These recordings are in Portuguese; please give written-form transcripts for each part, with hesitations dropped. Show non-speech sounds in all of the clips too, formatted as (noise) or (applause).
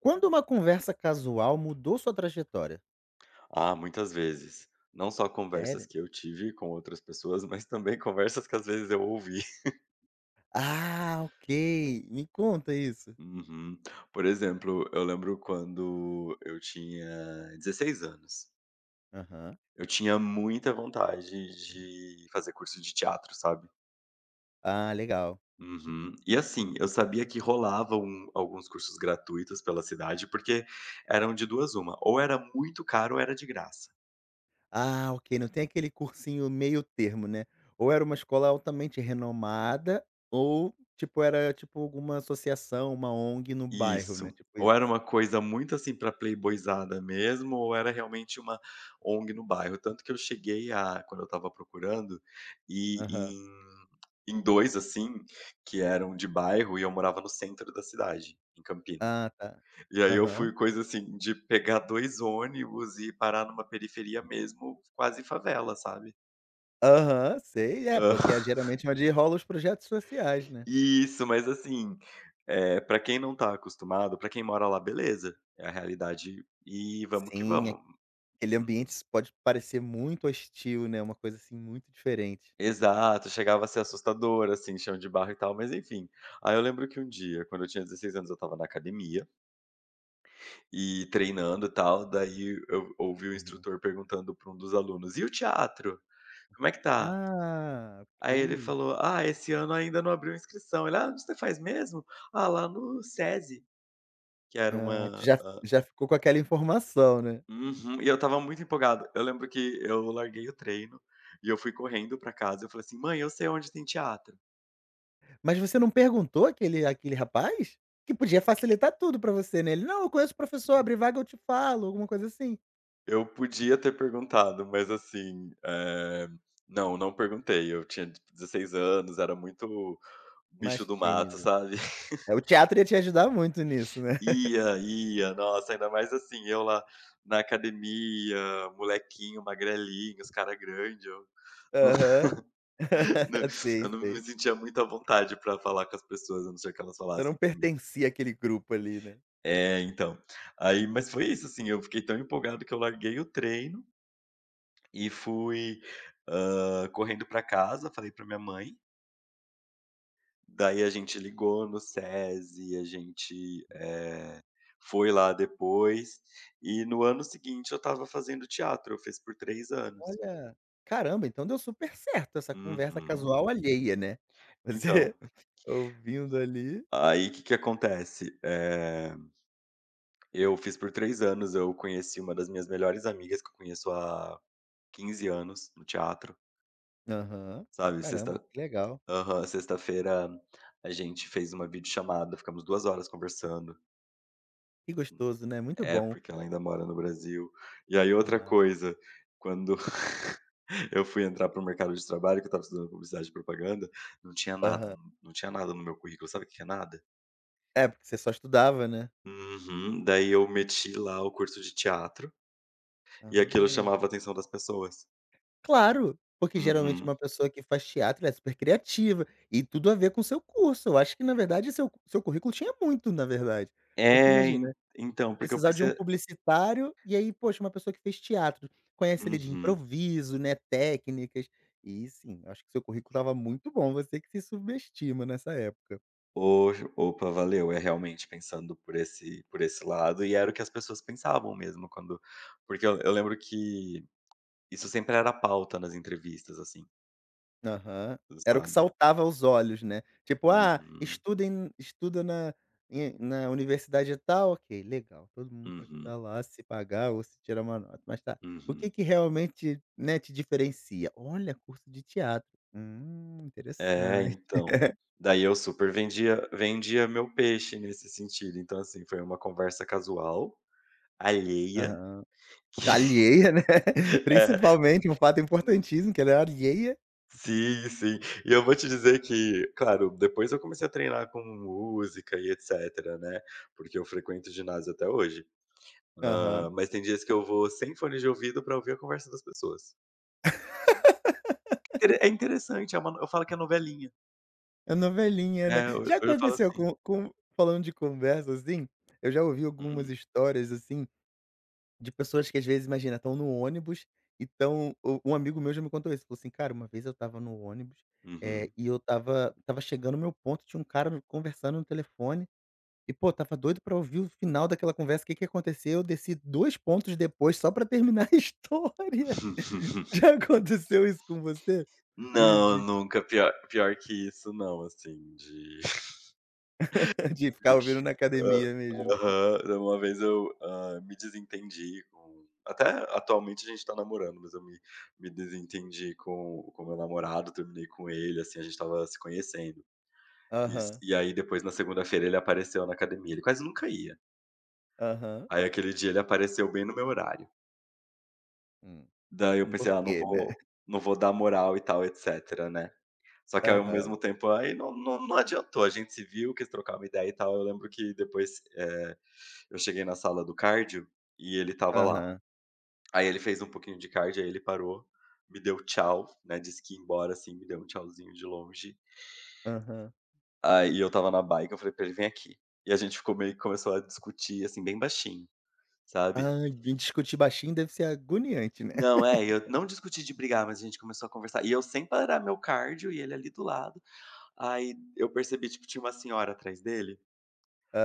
Quando uma conversa casual mudou sua trajetória? Ah, muitas vezes. Não só conversas Sério? que eu tive com outras pessoas, (laughs) mas também conversas que às vezes eu ouvi. (laughs) Ah, ok. Me conta isso. Uhum. Por exemplo, eu lembro quando eu tinha 16 anos. Aham. Eu tinha muita vontade de fazer curso de teatro, sabe? Ah, legal. Uhum. E assim, eu sabia que rolavam alguns cursos gratuitos pela cidade, porque eram de duas uma, ou era muito caro ou era de graça. Ah, ok. Não tem aquele cursinho meio termo, né? Ou era uma escola altamente renomada, ou, tipo, era tipo alguma associação, uma ONG no bairro, né? Isso. Tipo Ou era isso. uma coisa muito, assim, para playboyzada mesmo, ou era realmente uma ONG no bairro. Tanto que eu cheguei a quando eu estava procurando, e Aham. em 2, assim, que eram de bairro e eu morava no centro da cidade, em Campinas. Ah, tá. E aí eu Aham. fui coisa, assim, de pegar 2 ônibus e parar numa periferia mesmo, quase favela, sabe. Aham, sei. É, porque Hã. é (laughs) geralmente é onde rolam os projetos sociais, né? Isso, mas assim, pra quem não tá acostumado, para quem mora lá, beleza, é a realidade e vamos que Sim, vamos. aquele ambiente pode parecer muito hostil, né, uma coisa, assim, muito diferente. Exato, chegava a ser assustador, assim, chão de barro e tal, mas enfim. Aí eu lembro que um dia, quando eu tinha 16 anos, eu estava na academia e treinando e tal, daí eu ouvi o Uhum. instrutor perguntando para um dos alunos: "E o teatro? Como é que tá?" Ah, Aí ele ok. falou: "Ah, esse ano ainda não abriu inscrição". Ele: "Ah, onde você faz mesmo?" "Ah, lá no SESI", que era Ah, tu uma. já já ficou com aquela informação, né. Uhum. E eu estava muito empolgado. Eu lembro que eu larguei o treino e eu fui correndo pra casa, eu falei assim: "Mãe, eu sei onde tem teatro". Mas você não perguntou aquele rapaz? Que podia facilitar tudo pra você, né, ele: "Não, eu conheço o professor, abre vaga eu te falo", alguma coisa assim. Eu podia ter perguntado, mas assim, não, não perguntei. Eu tinha tipo 16 anos, era muito bicho Mais do mato, tímido. sabe. (laughs) É, o teatro ia te ajudar muito nisso, né. Ia, ia, nossa, ainda mais assim, eu lá na academia, molequinho, magrelinho, os cara grande, eu não (laughs) Aham. não (laughs) Sei, eu não sei. me sentia muito à vontade pra falar com as pessoas, a não ser que elas Você não falassem comigo. pertencia àquele grupo ali, né. É, então. Aí mas foi isso, assim, eu fiquei tão empolgado que eu larguei o treino e fui, correndo pra casa, falei pra minha mãe. Daí a gente ligou no SESI, a gente, foi lá depois, e no ano seguinte eu estava fazendo teatro, eu fiz por 3 anos. Olha, caramba, então deu super certo essa conversa Uhum. casual alheia, né. Você Então, (laughs) ouvindo ali. aí o que que acontece, eu fiz por 3 anos, eu conheci uma das minhas melhores amigas, que eu conheço há 15 anos, no teatro, Aham. sabe. Caramba, sexta que legal. aham, sexta-feira a gente fez uma videochamada, ficamos 2 horas conversando. Que gostoso, né, muito É, bom. porque ela ainda mora no Brasil. E aí outra Ah, coisa, quando (laughs) eu fui entrar para o mercado de trabalho, que eu estava estudando publicidade e propaganda, não tinha nada, aham. n não tinha nada no meu currículo, sabe o que que é nada? É, porque você só estudava, né. Uhum. Daí eu meti lá o curso de teatro, e aquilo Ah, chamava a atenção das pessoas. claro, porque geralmente Uhum. uma pessoa que faz teatro, ela é super criativa, e tudo a ver com o seu curso. Eu acho que na verdade seu currículo tinha muito, na verdade. Porque É, en imagina então, porque eu precisar de um pensei. publicitário, e aí, poxa, uma pessoa que fez teatro, conhece ele de Uhum. improviso, né, técnicas, e sim, acho que seu currículo estava muito bom, você que se subestima nessa época. Hoje opa, valeu, é realmente pensando por esse lado, e era o que as pessoas pensavam mesmo quando porque eu lembro que isso sempre era pauta nas entrevistas, assim, Aham. Era o que sabe. saltava aos olhos, né. Tipo: "Ah, Uhum, estuda em estuda na em na universidade tal", ok, legal, todo mundo pode uhum, estudar lá se pagar ou se tirar uma nota, mas tá, o que uhum. que realmente, né, te diferencia? "Olha, curso de teatro". É, Interessante. então. Daí eu super vendia meu peixe nesse sentido, então, assim, foi uma conversa casual, alheia. Aham. (laughs) Alheia, né, (laughs) É, principalmente, um fato importantíssimo que ela é alheia. sim, sim. E eu vou te dizer que, claro, depois eu comecei a treinar com música e etcétera, né, porque eu frequento ginásio até hoje. Aham. Mas tem dias que eu vou sem fone de ouvido pra ouvir a conversa das pessoas. Intere é interessante, é uma eu falo que é novelinha. É novelinha, né. É, ho hoje Já eu falo aconteceu assim: com falando de conversa, assim, eu já ouvi algumas "Hum, histórias, assim, de pessoas que às vezes, imagina, estão no ônibus e estão u um amigo meu já me contou isso, falou assim: "Cara, uma vez eu estava no ônibus, uhum". e eu estava chegando no meu ponto, tinha um cara conversando no telefone e, pô, tava doido pra ouvir o final daquela conversa. O que que aconteceu, eu desci 2 pontos depois só pra terminar a (laughs) história". (laughs) (laughs) Já aconteceu isso com você? De Não, de nunca. Pior pior que isso não, assim, de (laughs) de ficar ouvindo (laughs) na hã, academia mesmo? aham. Uma vez eu, me desentendi com até atualmente a gente tá namorando, mas eu me desentendi com o meu namorado, terminei com ele, assim, a gente estava se conhecendo. Isso. Aham, E aí depois na segunda-feira ele apareceu na academia, ele quase nunca ia. aham. Aí aquele dia ele apareceu bem no meu horário. Hum, Daí eu por pensei: "Ah, não quê, né? vou não vou dar moral e tal, etcétera, né". Só que, ao Aham, mesmo tempo, aí não adiantou. A gente se viu, quis trocar uma ideia e tal. Eu lembro que depois, eu cheguei na sala do cardio e ele estava lá. aham, Aí ele fez um pouquinho de cardio, aí ele parou, me deu tchau, né, disse que ia embora, assim, me deu um tchauzinho de longe. aham. Aí eu estava na bike, eu falei pra ele: "Vem aqui". E a gente ficou meio que começou a discutir, assim, bem baixinho, sabe. Ai, bem discutir baixinho deve ser agoniante, né? Não, é, eu não discuti de brigar, mas a gente começou a conversar. E eu sem parar meu cardio e ele ali do lado. Aí eu percebi, tipo, tinha uma senhora atrás dele.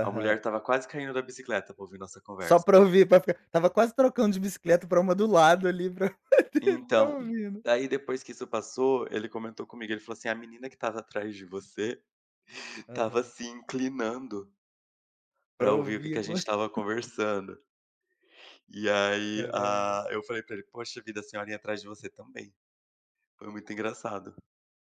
A mulher estava quase caindo da bicicleta pra ouvir nossa Só conversa. pra ouvir, pra ficar estava quase trocando de bicicleta pra uma do lado ali pra (laughs) poder ficar Então, ouvindo. daí depois que isso passou, ele comentou comigo, ele falou assim: "A menina que estava atrás de você, estava Aham. se inclinando Pra pra ouvir o que ouvir (laughs) que a gente agora. estava conversando". E aí, Caramba. ah, eu falei pra ele: "Poxa vida, a senhorinha atrás de você também". Foi muito engraçado.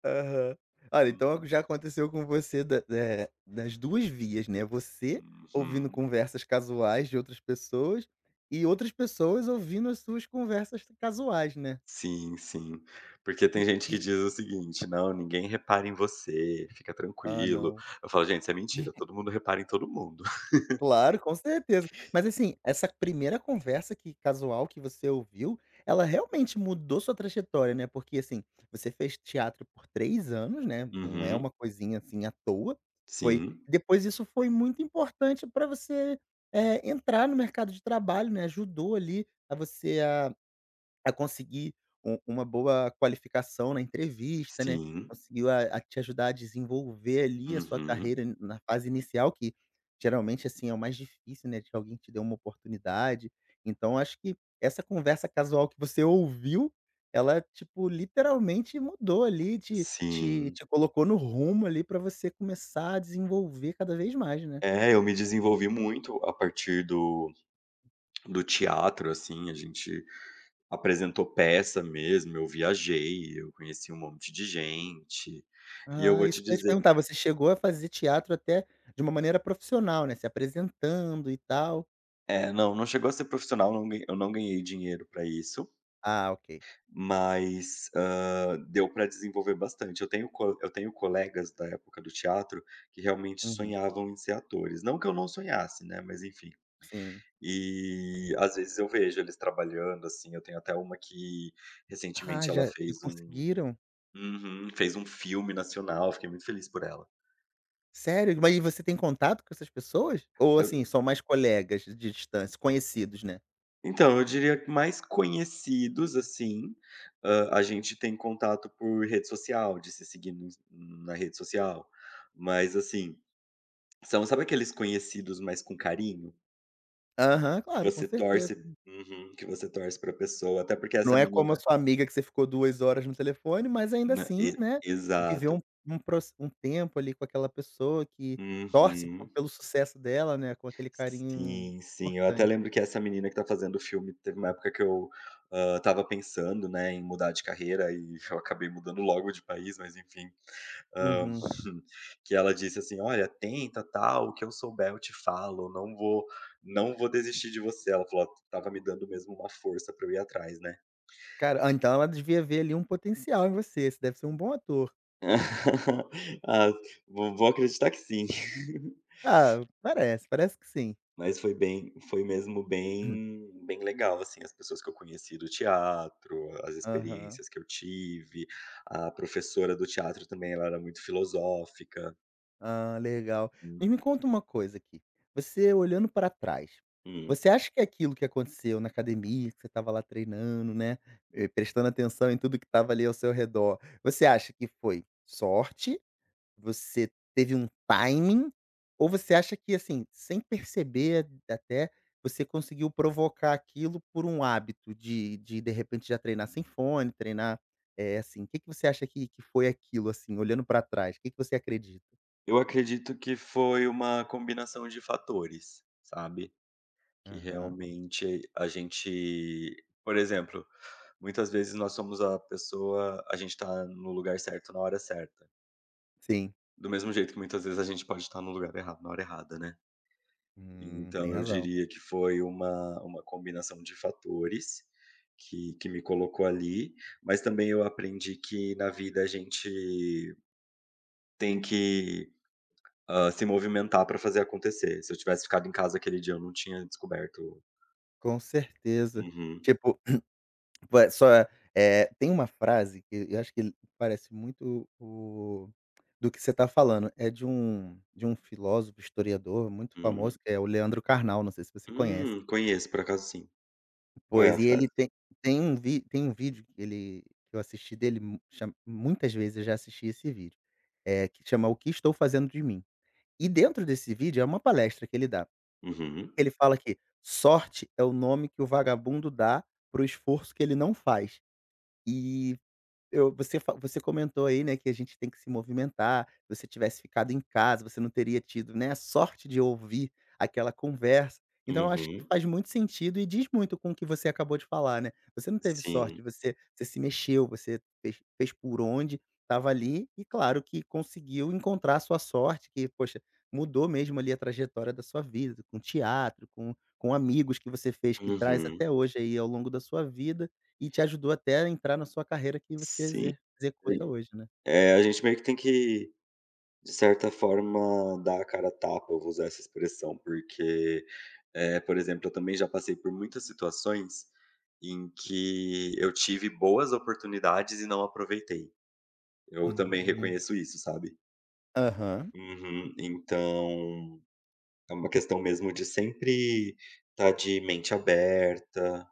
Aham. Olha, Uhum, então já aconteceu com você da das 2 vias, né, você ouvindo uhum. conversas casuais de outras pessoas e outras pessoas ouvindo as suas conversas casuais, né. Sim, sim. Porque E tem gente e que diz o seguinte: "Não, ninguém repara em você, fica ah, tranquilo". não. Eu falo: "Gente, isso é mentira, todo mundo repara em todo mundo". (laughs) Claro, com certeza. Mas assim, essa primeira conversa que casual que você ouviu, ela realmente mudou sua trajetória, né, porque assim, você fez teatro por 3 anos, né, não é Uhum, uma coisinha assim à toa, foi sim. depois isso foi muito importante para você, entrar no mercado de trabalho, né, ajudou ali a você a conseguir uma boa qualificação na entrevista, né, Sim. conseguiu a te ajudar a desenvolver ali a sua Uhum. carreira na fase inicial que, geralmente, assim, é o mais difícil, né, de que alguém te dê uma oportunidade. Então acho que essa conversa casual que você ouviu, ela, tipo, literalmente mudou ali, te te Sim. te colocou no rumo ali para você começar a desenvolver cada vez mais, né. É, eu me desenvolvi muito a partir do teatro, assim, a gente apresentou peça mesmo, eu viajei, eu conheci um monte de gente. E eu Ah, vou isso te que eu ia te dizer perguntar, você chegou a fazer teatro até de uma maneira profissional, né, se apresentando e tal? é, não, não chegou a ser profissional, não ganhei eu não ganhei dinheiro para isso, Ah, ok. mas, deu para desenvolver bastante. Eu tenho colegas da época do teatro que realmente Uhum. sonhavam em ser atores, não que eu não sonhasse, né, mas enfim. Sim. E às vezes eu vejo eles trabalhando, assim, eu tenho até uma que Ah, recentemente ela já e fez um. conseguiram? Uhum. Fez um filme nacional, fiquei muito feliz por ela. Sério? Mas e você tem contato com essas pessoas? Ou, assim, Eu são mais colegas de distância, conhecidos, né? Então, eu diria que mais conhecidos, assim, a gente tem contato por rede social, de se seguir no ins na rede social, mas assim, são sabe aqueles conhecidos, mais com carinho? Aham, Que claro, com você certeza. torce. Uhum. Que você torce pra pessoa, até porque essa Não é como a menina. sua amiga que você ficou 2 horas no telefone, mas ainda Na e assim, né, Exato. viveu um um proc um tempo ali com aquela pessoa que torce po Uhum. pelo sucesso dela, né, com aquele carinho Sim, sim. Eu até importante. lembro que essa menina que tá fazendo o filme, teve uma época que eu, tava pensando, né, em mudar de carreira e (laughs) eu acabei mudando logo de país, mas enfim. Hã, Uhum. (laughs) que ela disse assim: "Olha, tenta, tal, o que eu souber eu te falo, não vou desistir de você". Ela falou: "Estava me dando mesmo uma força pra eu ir atrás, né". Cara, ah, então ela devia ver ali um potencial em você, você deve ser um bom ator. (laughs) Ah, vou acreditar que sim. (laughs) Ah, parece, parece que sim. Mas foi mesmo bem bem legal, assim, as pessoas que eu conheci do teatro, as Aham. experiências que eu tive, a professora do teatro também ela era muito filosófica. Ah, legal. Mas me conta uma coisa aqui, você olhando para trás, Uhum. você acha que aquilo que aconteceu na academia, que você estava lá treinando, né, prestando atenção em tudo que estava ali ao seu redor, você acha que foi sorte, você teve um timing, ou você acha que, assim, sem perceber até, você conseguiu provocar aquilo por um hábito de repente já treinar sem fone, treinar, é assim, o que que você acha que foi aquilo, assim, olhando pra trás, o que que você acredita? Eu acredito que foi uma combinação de fatores, sabe, que Aham. realmente a gente por exemplo, muitas vezes nós somos a pessoa a gente tá no lugar certo na hora certa, Sim. do mesmo jeito que muitas vezes a gente pode estar no lugar errado na hora errada, né. Tem Então eu razão. diria que foi uma combinação de fatores que me colocou ali, mas também eu aprendi que na vida a gente tem que, se movimentar para fazer acontecer. Se eu tivesse ficado em casa aquele dia, eu não tinha descoberto. Com certeza. Uhum. Tipo, (clears throat) vai só é tem uma frase que eu acho que parece muito o do que você está falando. É de um filósofo, historiador muito Hum. famoso, que é o Leandro Carnal, não sei se você conhece. Conheço, por acaso sim. Qual é Pois, a e frase? ele tem um vídeo que ele que eu assisti dele mu cha muitas vezes eu já assisti esse vídeo, é que chama "O que estou fazendo de mim". E dentro desse vídeo é uma palestra que ele dá. Uhum. Ele fala que sorte é o nome que o vagabundo dá para o esforço que ele não faz. E eu você fa você comentou aí, né, que a gente tem que se movimentar. Se você tivesse ficado em casa, você não teria tido, né, a sorte de ouvir aquela conversa. Então eu acho que Uhum. faz muito sentido e diz muito com o que você acabou de falar, né. Você não teve sorte, Sim. você se mexeu, você fez por onde, estava ali e claro que conseguiu encontrar a sua sorte que, poxa, mudou mesmo ali a trajetória da sua vida, com teatro, com amigos que você fez que traz Uhum. até hoje aí ao longo da sua vida. E te ajudou até a entrar na sua carreira que você Sim. exer executa hoje, né? É, a gente meio que tem que, de certa forma, dar a cara a tapa, eu vou usar essa expressão, porque, por exemplo, eu também já passei por muitas situações em que eu tive boas oportunidades e não aproveitei. Eu também Hum, reconheço isso, sabe. aham. Uhum. Então, é uma questão mesmo de sempre estar de mente aberta,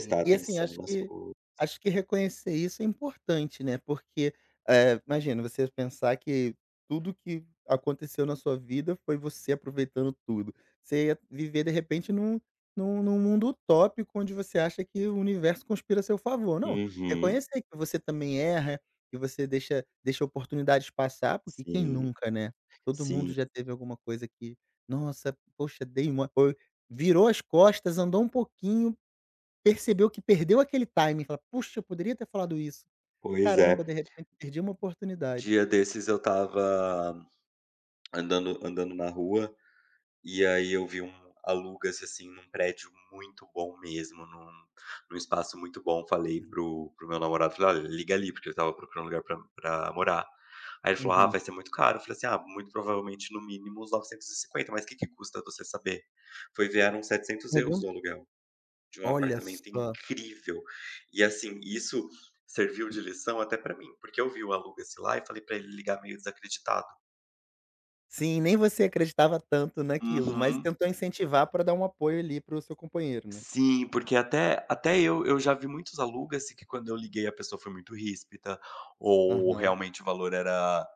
Sim. E assim, atenção acho nas que coisas. acho que reconhecer isso é importante, né, porque, imagina você pensar que tudo que aconteceu na sua vida foi você aproveitando tudo. Você ia viver de repente num num mundo utópico onde você acha que o universo conspira a seu favor. Não, Uhum. reconhecer que você também erra, que você deixa oportunidades passar, porque quem Sim, nunca, né? Todo mundo sim. já teve alguma coisa que: "Nossa, poxa, dei uma" ou virou as costas, andou um pouquinho. Percebeu que perdeu aquele timing, fala: "Puxa, eu poderia ter falado isso. Pois Caramba, é. de repente perdi uma oportunidade". Dia desses eu estava andando na rua. E aí eu vi um aluga-se, assim, num prédio muito bom mesmo, num espaço muito bom. Falei pro o meu namorado, falei: "Olha, liga ali", porque eu estava procurando lugar pra morar. Aí ele falou: "Ah, Uhum. vai ser muito caro". Eu falei assim: "Ah, muito provavelmente no mínimo uns 950, mas o que que custa você saber?". Foi ver, eram Pegou, euros o aluguel de um olha apartamento só. incrível. E, assim, isso serviu de lição até pra mim, porque eu vi o aluga-se lá e falei pra ele ligar meio desacreditado. Sim, nem você acreditava tanto naquilo, mas Uhum. tentou incentivar pra dar um apoio ali para o seu companheiro, né? Sim, porque até eu já vi muitos alugas que quando eu liguei a pessoa foi muito ríspida, ou Aham. realmente o valor era,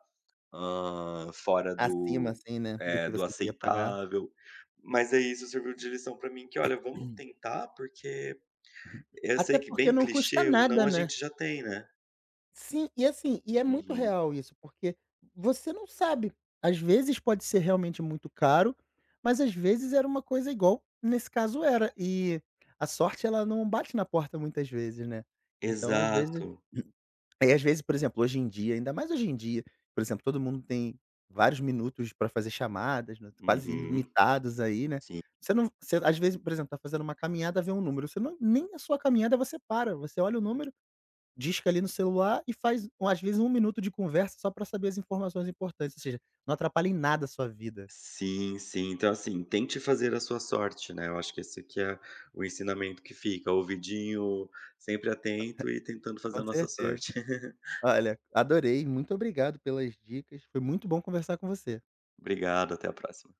fora Acima, do, assim, né, do eh, que do você queria pagar. aceitável. Mas aí isso serviu de lição pra mim que: "Olha, vamos tentar", porque eu Até sei que porque bem não custa clichê, o não nada, a né? gente já tem, né. Sim, e assim, e é muito Uhum. real isso, porque você não sabe. Às vezes pode ser realmente muito caro, mas às vezes era uma coisa igual, nesse caso era. E a sorte ela não bate na porta muitas vezes, né. Então às vezes Exato. (clears throat) e às vezes, por exemplo, hoje em dia, ainda mais hoje em dia, por exemplo, todo mundo tem vários minutos para fazer chamadas, né, quase Uhum. ilimitados aí, né. Sim. Você não você às vezes, por exemplo, tá fazendo uma caminhada, vê um número, você não nem a sua caminhada você para, você olha o número. Disca ali no celular e faz, às vezes, um minuto de conversa só para saber as informações importantes, ou seja, não atrapalha em nada a sua vida. Sim, sim. Então, assim, tente fazer a sua sorte, né? Eu acho que esse que é o ensinamento que fica, ouvidinho sempre atento e tentando fazer Com a nossa certeza. sorte. (laughs) Olha, adorei, muito obrigado pelas dicas. Foi muito bom conversar com você. Obrigado, até a próxima.